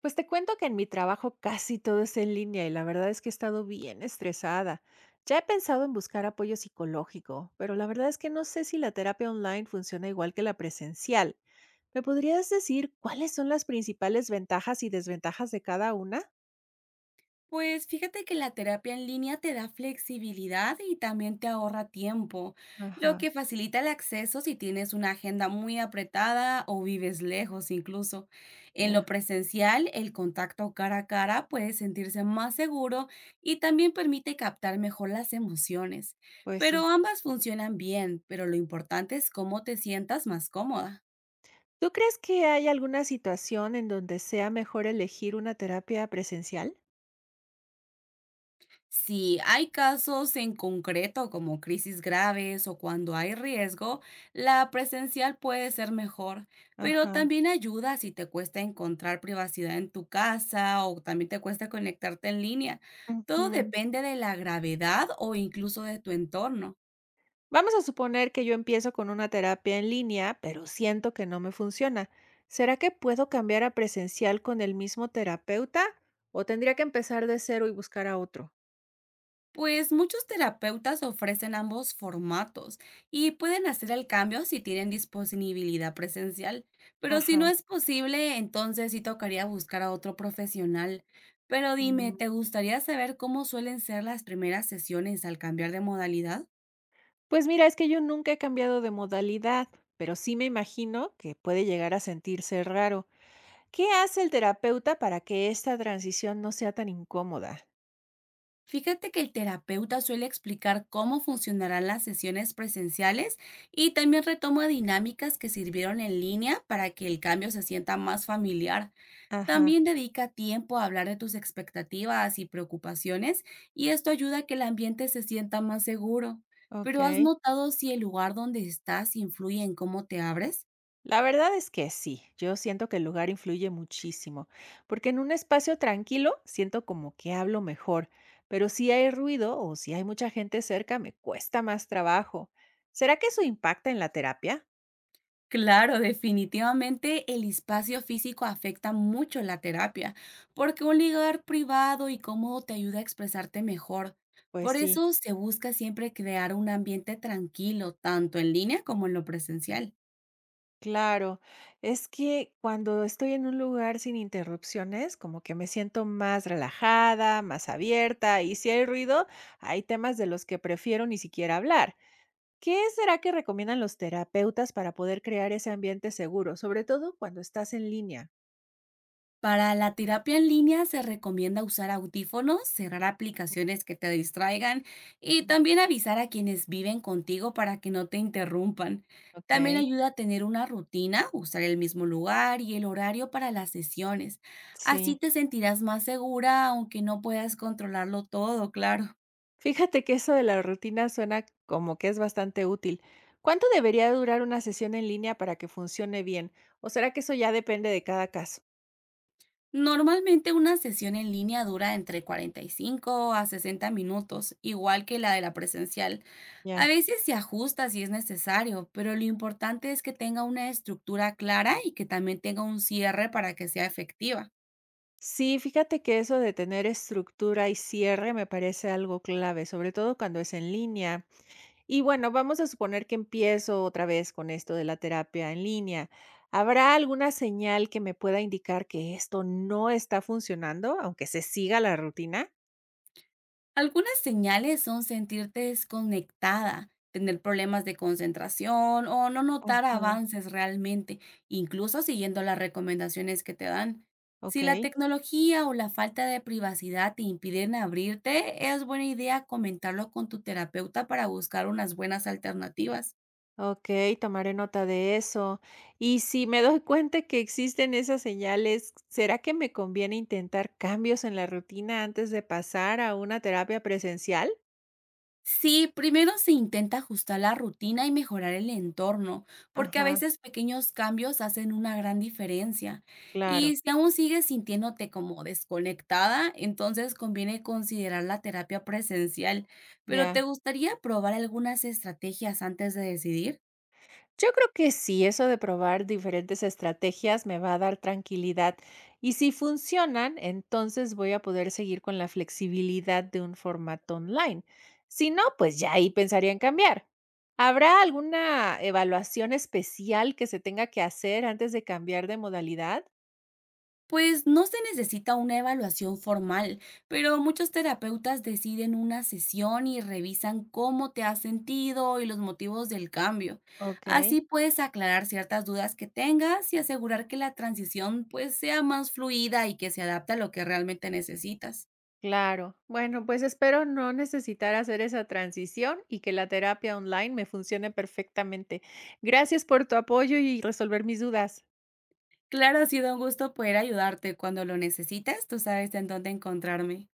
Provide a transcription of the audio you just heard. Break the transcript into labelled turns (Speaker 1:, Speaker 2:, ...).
Speaker 1: Pues te cuento que en mi trabajo casi todo es en línea y la verdad es que he estado bien estresada. Ya he pensado en buscar apoyo psicológico, pero la verdad es que no sé si la terapia online funciona igual que la presencial. ¿Me podrías decir cuáles son las principales ventajas y desventajas de cada una?
Speaker 2: Pues fíjate que la terapia en línea te da flexibilidad y también te ahorra tiempo, lo
Speaker 1: Ajá,
Speaker 2: que facilita el acceso si tienes una agenda muy apretada o vives lejos incluso. En lo
Speaker 1: ya,
Speaker 2: presencial, el contacto cara a cara puede sentirse más seguro y también permite captar mejor las emociones.
Speaker 1: pues
Speaker 2: Pero
Speaker 1: sí.
Speaker 2: ambas funcionan bien, pero lo importante es cómo te sientas más cómoda.
Speaker 1: ¿Tú crees que hay alguna situación en donde sea mejor elegir una terapia presencial?
Speaker 2: Si hay casos en concreto como crisis graves o cuando hay riesgo, la presencial puede ser mejor, pero
Speaker 1: Ajá.
Speaker 2: también ayuda si te cuesta encontrar privacidad en tu casa o también te cuesta conectarte en línea. Todo depende de la gravedad o incluso de tu entorno.
Speaker 1: Vamos a suponer que yo empiezo con una terapia en línea, pero siento que no me funciona. ¿Será que puedo cambiar a presencial con el mismo terapeuta o tendría que empezar de cero y buscar a otro?
Speaker 2: Pues muchos terapeutas ofrecen ambos formatos y pueden hacer el cambio si tienen disponibilidad presencial, pero si
Speaker 1: Ajá.
Speaker 2: no es posible, entonces sí tocaría buscar a otro profesional. Pero dime,
Speaker 1: Mm,
Speaker 2: ¿te gustaría saber cómo suelen ser las primeras sesiones al cambiar de modalidad?
Speaker 1: Pues mira, es que yo nunca he cambiado de modalidad, pero sí me imagino que puede llegar a sentirse raro. ¿Qué hace el terapeuta para que esta transición no sea tan incómoda?
Speaker 2: Fíjate que el terapeuta suele explicar cómo funcionarán las sesiones presenciales y también retoma dinámicas que sirvieron en línea para que el cambio se sienta más familiar.
Speaker 1: Ajá,
Speaker 2: También dedica tiempo a hablar de tus expectativas y preocupaciones y esto ayuda a que el ambiente se sienta más seguro.
Speaker 1: ok.
Speaker 2: Pero ¿has notado si el lugar donde estás influye en cómo te abres?
Speaker 1: La verdad es que sí, yo siento que el lugar influye muchísimo, porque en un espacio tranquilo siento como que hablo mejor, pero si hay ruido o si hay mucha gente cerca me cuesta más trabajo. ¿Será que eso impacta en la terapia?
Speaker 2: Claro, definitivamente el espacio físico afecta mucho la terapia, porque un lugar privado y cómodo te ayuda a expresarte mejor.
Speaker 1: Pues
Speaker 2: Por
Speaker 1: sí,
Speaker 2: eso se busca siempre crear un ambiente tranquilo, tanto en línea como en lo presencial.
Speaker 1: claro. Es que cuando estoy en un lugar sin interrupciones, como que me siento más relajada, más abierta, y si hay ruido, hay temas de los que prefiero ni siquiera hablar. ¿Qué será que recomiendan los terapeutas para poder crear ese ambiente seguro, sobre todo cuando estás en línea?
Speaker 2: Para la terapia en línea se recomienda usar audífonos, cerrar aplicaciones que te distraigan y
Speaker 1: Mm,
Speaker 2: también avisar a quienes viven contigo para que no te interrumpan. También
Speaker 1: Ok,
Speaker 2: ayuda a tener una rutina, usar el mismo lugar y el horario para las sesiones. Así
Speaker 1: sí.
Speaker 2: te sentirás más segura aunque no puedas controlarlo todo, claro.
Speaker 1: Fíjate que eso de la rutina suena como que es bastante útil. ¿Cuánto debería durar una sesión en línea para que funcione bien? ¿O será que eso ya depende de cada caso?
Speaker 2: Normalmente una sesión en línea dura entre 45 a 60 minutos, igual que la de la presencial. A
Speaker 1: Ya.
Speaker 2: veces se ajusta si es necesario, pero lo importante es que tenga una estructura clara y que también tenga un cierre para que sea efectiva.
Speaker 1: Sí, fíjate que eso de tener estructura y cierre me parece algo clave, sobre todo cuando es en línea. Y bueno, vamos a suponer que empiezo otra vez con esto de la terapia en línea. ¿Habrá alguna señal que me pueda indicar que esto no está funcionando, aunque se siga la rutina?
Speaker 2: Algunas señales son sentirte desconectada, tener problemas de concentración o no notar
Speaker 1: Ajá.
Speaker 2: avances realmente, incluso siguiendo las recomendaciones que te dan.
Speaker 1: Ok,
Speaker 2: Si la tecnología o la falta de privacidad te impiden abrirte, es buena idea comentarlo con tu terapeuta para buscar unas buenas alternativas.
Speaker 1: ok, tomaré nota de eso. Y si me doy cuenta que existen esas señales, ¿será que me conviene intentar cambios en la rutina antes de pasar a una terapia presencial?
Speaker 2: Sí, primero se intenta ajustar la rutina y mejorar el entorno, porque a
Speaker 1: Ajá,
Speaker 2: veces pequeños cambios hacen una gran diferencia.
Speaker 1: claro,
Speaker 2: Y si aún sigues sintiéndote como desconectada, entonces conviene considerar la terapia presencial. Pero ¿te
Speaker 1: ya.
Speaker 2: gustaría probar algunas estrategias antes de decidir?
Speaker 1: Yo creo que sí, eso de probar diferentes estrategias me va a dar tranquilidad y si funcionan, entonces voy a poder seguir con la flexibilidad de un formato online. Si no, pues ya ahí pensaría en cambiar. ¿Habrá alguna evaluación especial que se tenga que hacer antes de cambiar de modalidad?
Speaker 2: Pues no se necesita una evaluación formal, pero muchos terapeutas deciden una sesión y revisan cómo te has sentido y los motivos del cambio.
Speaker 1: Ok,
Speaker 2: Así puedes aclarar ciertas dudas que tengas y asegurar que la transición pues sea más fluida y que se adapte a lo que realmente necesitas.
Speaker 1: claro. Bueno, pues espero no necesitar hacer esa transición y que la terapia online me funcione perfectamente. Gracias por tu apoyo y resolver mis dudas.
Speaker 2: Claro, ha sido un gusto poder ayudarte. Cuando lo necesites, tú sabes en dónde encontrarme.